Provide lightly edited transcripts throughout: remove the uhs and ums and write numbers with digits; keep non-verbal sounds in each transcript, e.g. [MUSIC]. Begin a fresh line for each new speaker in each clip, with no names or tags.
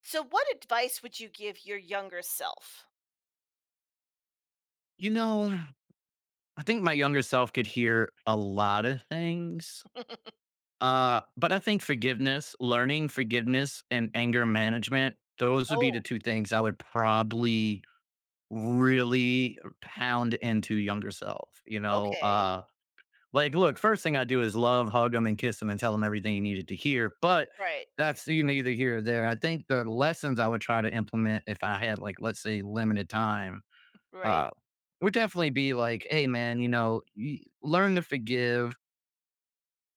So what advice would you give your younger self?
You know, I think my younger self could hear a lot of things.
[LAUGHS]
But I think forgiveness, learning forgiveness and anger management, those would be the
Oh,
two things I would probably really pound into younger self.
okay.
Like, look, first thing I do is love, hug them, and kiss them and tell them everything you needed to hear. But
Right.
that's you neither here or there. I think the lessons I would try to implement if I had, like, let's say, limited time
Right.
uh, would definitely be like, "Hey, man, you learn to forgive,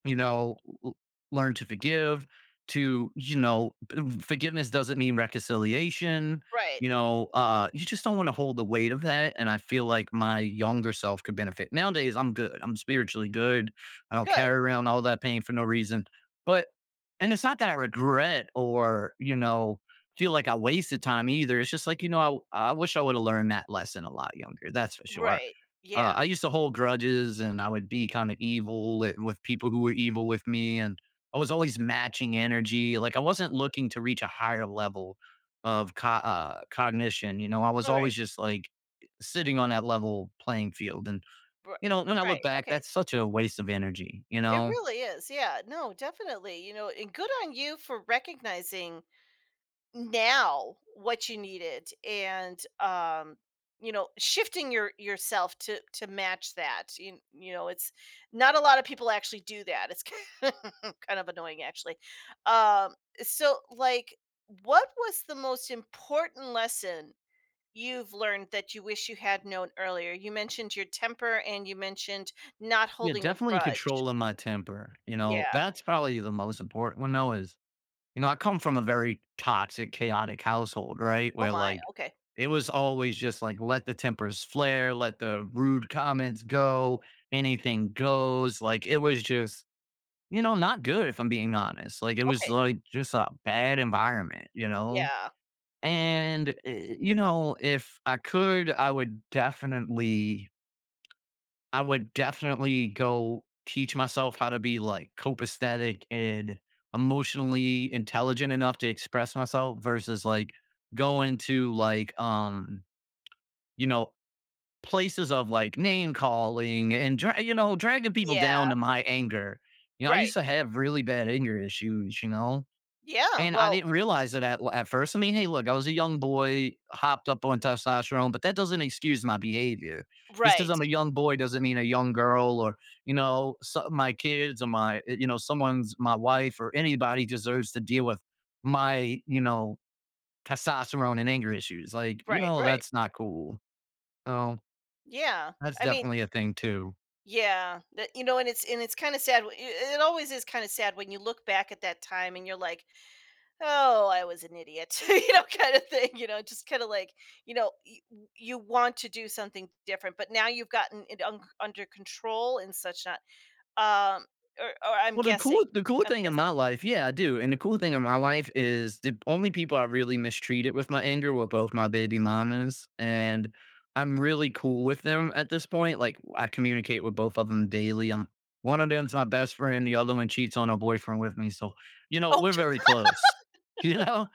you know, l- learn to forgive, to, forgiveness doesn't mean reconciliation."
Right.
You just don't want to hold the weight of that. And I feel like my younger self could benefit. Nowadays, I'm good. I'm spiritually good. I don't
Good.
carry around all that pain for no reason. But, and it's not that I regret or, feel like I wasted time either. It's just like, I wish I would have learned that lesson a lot younger. That's for sure.
Right.
Uh,
Yeah.
I used to hold grudges and I would be kind of evil with people who were evil with me. And I was always matching energy. Like I wasn't looking to reach a higher level of cognition. I was
All
always
right.
just like sitting on that level playing field. And,
Right.
when I look
Right.
back,
Okay.
that's such a waste of energy, you
It
know?
really is. Yeah. No, definitely. You know, and good on you for recognizing now what you needed and you know shifting your yourself to match that you know it's not A lot of people actually do that it's. [LAUGHS] Kind of annoying actually. Um so like what was the most important lesson you've learned that you wish you had known earlier? You mentioned your temper and you mentioned not
Yeah,
holding a
definitely
grudge.
controlling my temper. You know,
Yeah.
that's probably the most important one, though, is I come from a very toxic, chaotic household, right?
Oh
Where
my,
like
okay.
it was always just like let the tempers flare, let the rude comments go, anything goes. Like it was just, not good if I'm being honest. Like it was
Okay.
like just a bad environment, you know?
Yeah.
If I could, I would definitely go teach myself how to be like copacetic and emotionally intelligent enough to express myself versus like going to like you know places of like name calling and dragging people
Yeah.
down to my anger. I
Right.
used to have really bad anger issues, you know.
Yeah,
And I
well.
didn't realize it at first. I mean, hey, look, I was a young boy, hopped up on testosterone, but that doesn't excuse my behavior. Just because
Right.
I'm a young boy doesn't mean a young girl or, so, my kids or my, someone's, my wife or anybody deserves to deal with my, testosterone and anger issues. Like,
Right, right.
that's not cool. So
Yeah.
that's
I mean,
definitely a thing too.
yeah, that you know, and it's kind of sad. It always is kind of sad when you look back at that time and you're like, "Oh, I was an idiot," [LAUGHS] you know, kind of thing. You know, just kind of like, you know, you want to do something different, but now you've gotten it under control and such. Not, um, or I'm
Well, the
guessing,
cool the cool
I'm
thing in
guessing.
my life, yeah, I do, and the cool thing in my life is the only people I really mistreated with my anger were both my baby mamas, and I'm really cool with them at this point. Like, I communicate with both of them daily. I'm one of them's my best friend, the other one cheats on her boyfriend with me, so,
Oh,
we're very close, [LAUGHS] you know?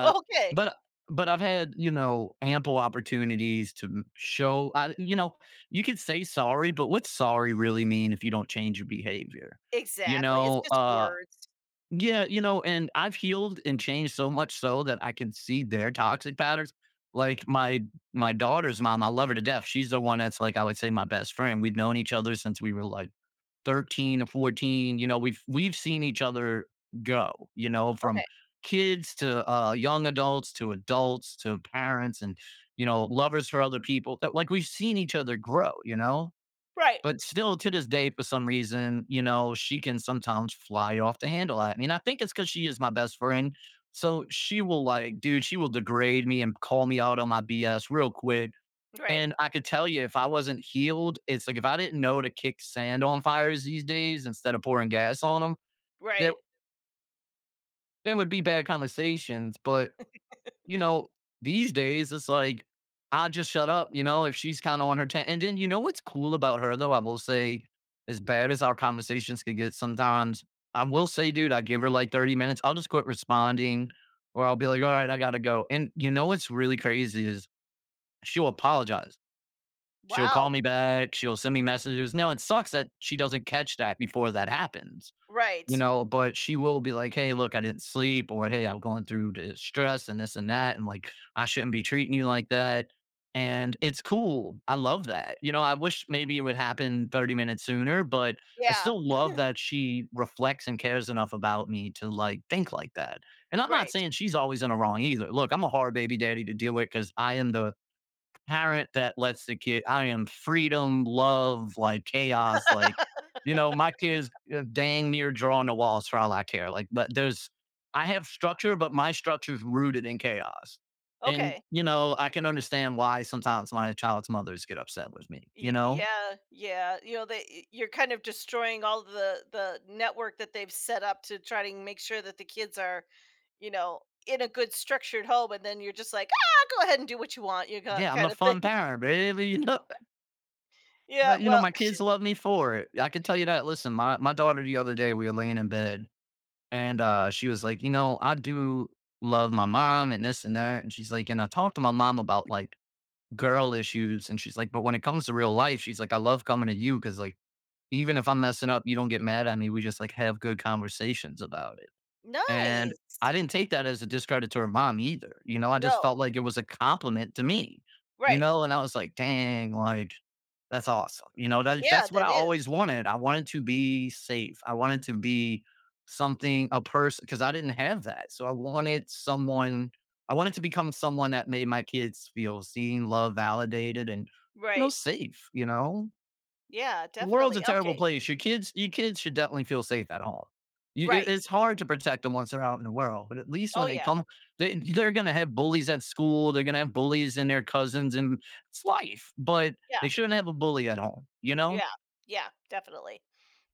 [LAUGHS] okay,
but but I've had, ample opportunities to m show I, you could say sorry, but what's sorry really mean if you don't change your behavior? You
exactly. It's
know,
just
uh
words.
yeah, and I've healed and changed so much so that I can see their toxic patterns. Like my daughter's mom, I love her to death. She's the one that's like I would say my best friend. We've known each other since we were like 13 or 14. We've seen each other go,
Okay,
from kids to young adults to adults to parents and lovers for other people. That like we've seen each other grow, you know?
right,
But still, to this day, for some reason, she can sometimes fly off the handle at me, and I think it's because she is my best friend. So she will, like dude, she will degrade me and call me out on my BS real quick,
right,
and I could tell you if I wasn't healed, it's like if I didn't know to kick sand on fires these days instead of pouring gas on them, there
right.
there would be bad conversations, but you know, these days it's like, I just shut up, you know, if she's kind of on her ta and then you know what's cool about her, though. I will say, as bad as our conversations can get sometimes, I will say, dude, I give her like 30 minutes. I'll just quit responding or I'll be like, all right, I gotta go. And you know what's really crazy is she'll apologize. She'll call
Wow,
me back. She'll send me messages. Now it sucks that she doesn't catch that before that happens. You
right.
know, but she will be like, "Hey, look, I didn't sleep," or, "Hey, I'm going through the stress and this and that, and, like, I shouldn't be treating you like that." And it's cool. I love that. I wish maybe it would happen 30 minutes sooner, but I
Yeah,
still love that she reflects and cares enough about me to, like, think like that. And I'm not
right.
saying she's always in the wrong either. Look, I'm a hard baby daddy to deal with because I am the parent that lets the kid I am freedom, love, like chaos, like, my kids dang near drawing the walls for all I care. Like, but there's I have structure, but my structure's rooted in chaos. And,
Okay.
I can understand why sometimes my child's mothers get upset with me,
Y
you know?
Yeah, yeah, you know, they y you're kind of destroying all the network that they've set up to try to make sure that the kids are, you know, in a good structured home, and then you're just like, "Ah, go ahead and do what you want," you got
Yeah, I'm the
kinda thing.
fun
[LAUGHS]
parent, baby. [LAUGHS]
Yeah,
But,
well.
my
[LAUGHS]
kids love me for it. I can tell you that. Listen, my daughter the other day, we were laying in bed. She was like, "You know, I do love my mom and this and that." And she's like, "And I talked to my mom about, like, girl issues." And she's like, "But when it comes to real life," she's like, "I love coming to you because like, even if I'm messing up, you don't get mad at me. We just, like, have good conversations about it." And
Nice!
I didn't take that as a discredit to her mom either, I just felt
No.
like it was a compliment to me,
Right.
and I was like, "Dang, like, that's awesome," that
Yeah,
that's what I
that is.
always wanted. I wanted to be safe, I wanted to be something a person because I didn't have that, so I wanted someone I wanted to become someone that made my kids feel seen, loved, validated, and,
Right.
safe, you know?
Yeah,
The world's
definitely.
a terrible
Okay.
place. Your kids should definitely feel safe at home. You it
Right.
it's hard to protect them once they're out in the world, but at least
Oh,
when they
yeah.
come, they're gonna have bullies at school, they're gonna have bullies in their cousins, and it's life, but
Yeah,
they shouldn't have a bully at home, you know?
yeah, yeah, definitely,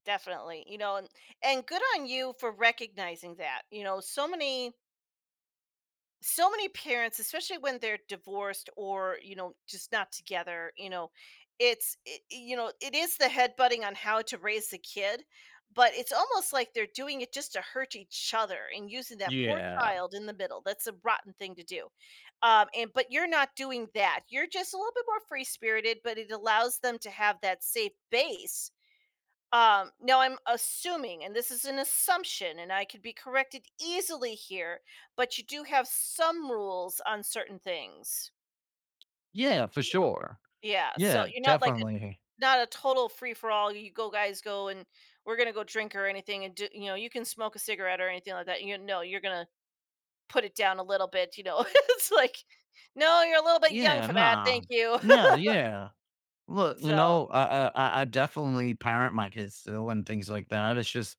definitely, you know, and good on you for recognizing that, you know, so many so many parents especially when they're divorced or you know just not together you know you know it is the headbutting on how to raise the kid, but it's almost like they're doing it just to hurt each other and using that poor
Yeah.
child in the middle. That's a rotten thing to do. And but you're not doing that. You're just a little bit more free spirited, but it allows them to have that safe base. Um, now I'm assuming, and this is an assumption, and I could be corrected easily here, but you do have some rules on certain things.
Yeah, for
You know?
sure.
Yeah, so
Yeah,
you're not like a
definitely.
not a total free for all. You go, guys, go, and we're gonna go drink or anything, and do you know you can smoke a cigarette or anything like that. You know, you're gonna put it down a little bit. You know, [LAUGHS] it's like, no, you're a little bit young
Yeah,
for that.
nah.
Thank you.
No, yeah.
[LAUGHS]
Look,
So
I definitely parent my kids still and things like that. It's just.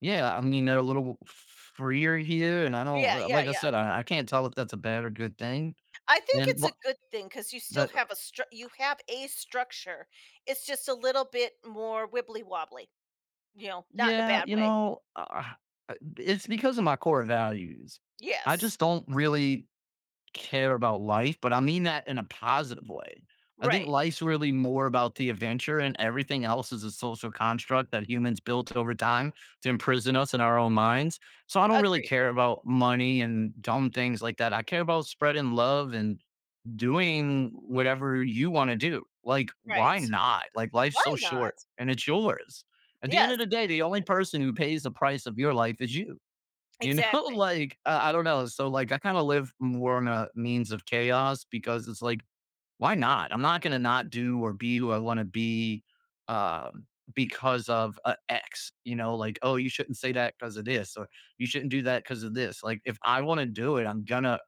Yeah, I mean, they're a little freer here, and I don't
yeah, yeah,
like I
yeah.
said, I can't tell if that's a bad or good thing,
I think
and
it's a
wha
good thing because you still
the
have a stru you have a structure. It's just a little bit more wibbly-wobbly, you know, not in a
yeah,
bad way.
it's because of my core values. I
Yes.
just don't really care about life, but I mean that in a positive way. I think
Right.
life's really more about the adventure, and everything else is a social construct that humans built over time to imprison us in our own minds, so I don't really
Agreed.
care about money and dumb things like that. I care about spreading love and doing whatever you want to do. Like,
Right.
why not? Like, life's
Why
so
not?
short and it's yours. At the end of
Yes.
the day, the only person who pays the price of your life is you. [LAUGHS]
Exactly.
Like, I don't know. So, like, I kind of live more on a means of chaos because it's like, why not? I'm not going to not do or be who I want to be um, because of X, like, oh, you shouldn't say that because of this, or you shouldn't do that because of this. Like, if I want to do it, I'm going to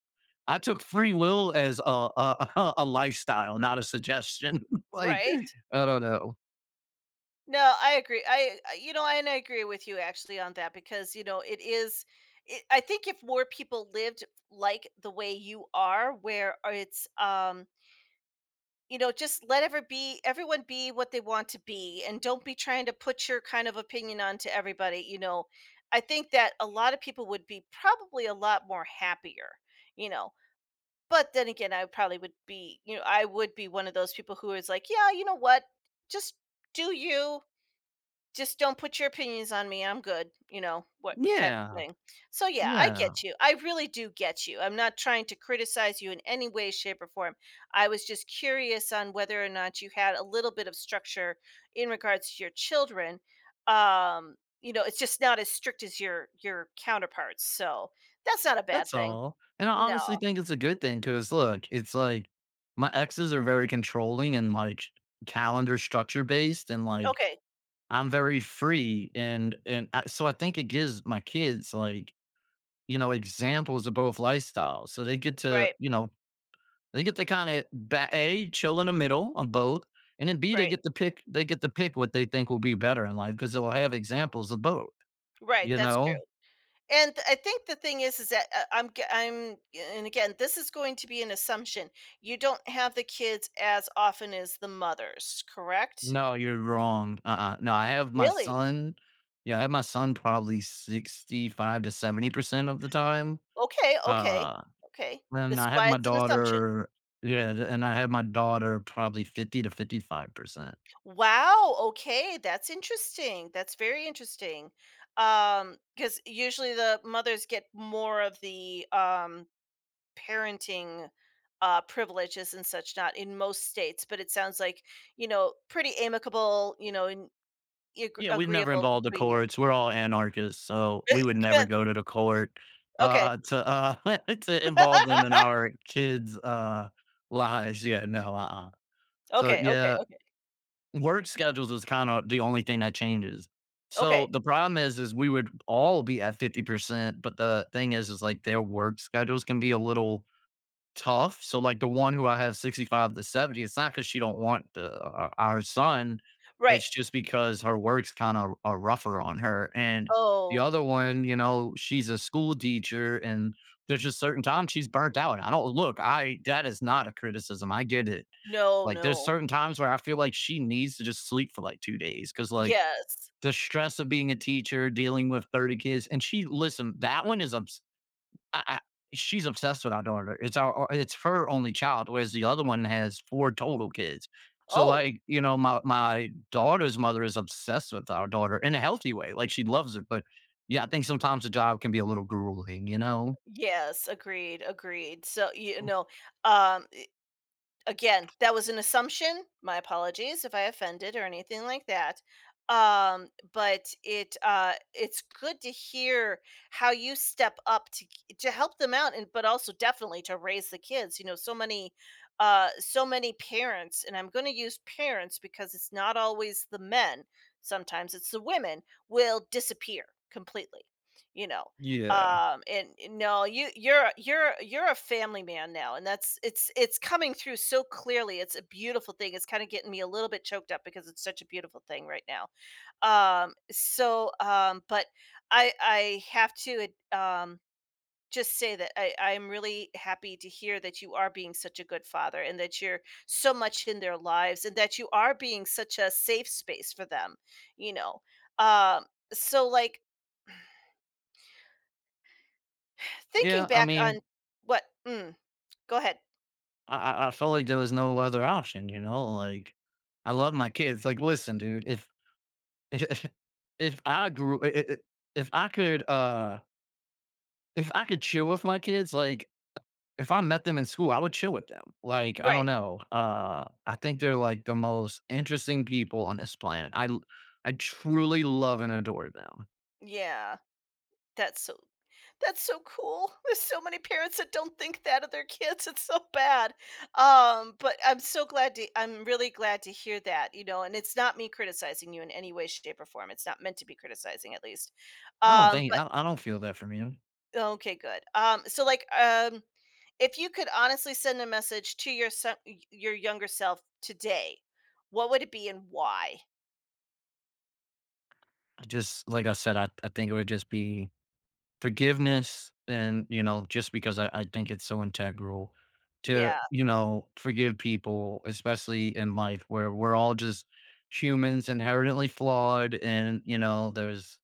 I took free will as a [LAUGHS] a lifestyle, not a suggestion. [LAUGHS] Like,
Right?
I don't know.
No, I agree. I you know, and I agree with you actually on that because, you know, it is it. I think if more people lived like the way you are, where it's you know just let everyone be what they want to be and don't be trying to put your kind of opinion onto everybody, you know. I think that a lot of people would be probably a lot more happier, you know. But then again, I probably would be, you know, I would be one of those people who is like, yeah, you know what, just do you, just don't put your opinions on me. I'm good, you know, what type of
Yeah,
thing. So yeah, I
yeah,
get you. I really do get you. I'm not trying to criticize you in any way, shape, or form. I was just curious on whether or not you had a little bit of structure in regards to your children. You know, it's just not as strict as your counterparts. So that's not a bad
that's
thing.
all, and I
No.
honestly think it's a good thing because look, it's like my exes are very controlling and, like, calendar structure based and, like,
Okay.
I'm very free and I so I think it gives my kids, like, examples of both lifestyles, so they get to.
Right.
Kind of a chill in the middle on both, and then b they
Right.
get to pick. They get to pick what they think will be better in life because they'll have examples of both.
Right.
You
That's
know,
true. And I think the thing is that and again, this is going to be an assumption. You don't have the kids as often as the mothers, correct?
no, you're wrong. No, I have my
Really?
son. Yeah, I have my son probably 65 to 70% of the time.
Okay, okay,
Uh,
okay.
and
This is
I have
why
my
it's an assumption.
daughter. Yeah, and I have my daughter probably 50 to 55%.
Wow, okay, that's interesting. That's very interesting. Because usually the mothers get more of the parenting privileges and such, not in most states, but it sounds like, you know, pretty amicable, you know. In Agr
Yeah, we've never
Agreeable
involved the
between you.
courts. We're all anarchists, so we would
[LAUGHS]
never
Yes.
go to the court,
Okay.
to, [LAUGHS] to involve them in our
[LAUGHS]
kids', lives. Yeah, no, uh-uh. So,
Okay, okay,
yeah,
okay.
work
No
schedules is kinda the only thing that changes. So,
okay,
the problem is we would all be at 50%, but the thing is, like, their work schedules can be a little tough. So like the one who I have 65 to 70, it's not because she don't want the, our son.
right.
It's just because her work's kind of are rougher on her. And the
Oh,
other one, she's a school teacher and there's just certain times she's burnt out. I don't look, I that is not a criticism. I get it.
no,
Like there's
no.
certain times where I feel like she needs to just sleep for like 2 days because like
Yes.
the stress of being a teacher, dealing with 30 kids, and she listen, that one is obs- I she's obsessed with our daughter. It's her only child, whereas the other one has 4 total kids. So,
Oh,
like, my daughter's mother is obsessed with our daughter in a healthy way, like, she loves it, but, yeah, I think sometimes the job can be a little grueling, you know?
yes, agreed, agreed. So, you know, um, again, that was an assumption. My apologies if I offended or anything like that. But it's good to hear how you step up to help them out, and but also definitely to raise the kids. You know, so many so many parents, and I'm going to use parents because it's not always the men. Sometimes it's the women will disappear completely. You know,
Yeah.
and no, you're a family man now, and that's it's coming through so clearly. It's a beautiful thing. It's kind of getting me a little bit choked up because it's such a beautiful thing right now. But I have to ad- um just say that I'm really happy to hear that you are being such a good father and that you're so much in their lives and that you are being such a safe space for them, you know. Um, so like Thinking
Yeah, I
back on
mean,
what. Mm. Go ahead.
I felt like there was no other option, you know? Like, I love my kids. Like, listen, dude, if [LAUGHS] if I grew I if I could, uh if I could chill with my kids, like, if I met them in school, I would chill with them. Like, I don't
Right.
know. I think they're like the most interesting people on this planet. I truly love and adore them.
Yeah. That's so that's so cool. [LAUGHS] There's so many parents that don't think that of their kids. It's so bad. But I'm really glad to hear that, you know, and it's not me criticizing you in any way, shape, or form. It's not meant to be criticizing at least.
I don't think.
But
I don't feel that from you.
Okay, good. If you could honestly send a message to your your younger self today, what would it be and why?
I just like I said, I think it would just be forgiveness and just because I think it's so integral to,
Yeah,
forgive people, especially in life where we're all just humans inherently flawed and there's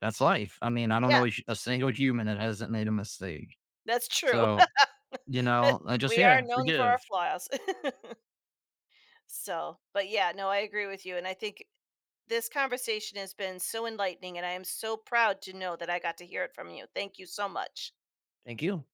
that's life. I mean, I don't
yeah,
know a single human that hasn't made a mistake.
that's true.
So, I
[LAUGHS]
just
We are
yeah,
known for our
forgive.
flaws. [LAUGHS] So, but yeah, no, I agree with you, and I think this conversation has been so enlightening, and I am so proud to know that I got to hear it from you. Thank you so much.
Thank you.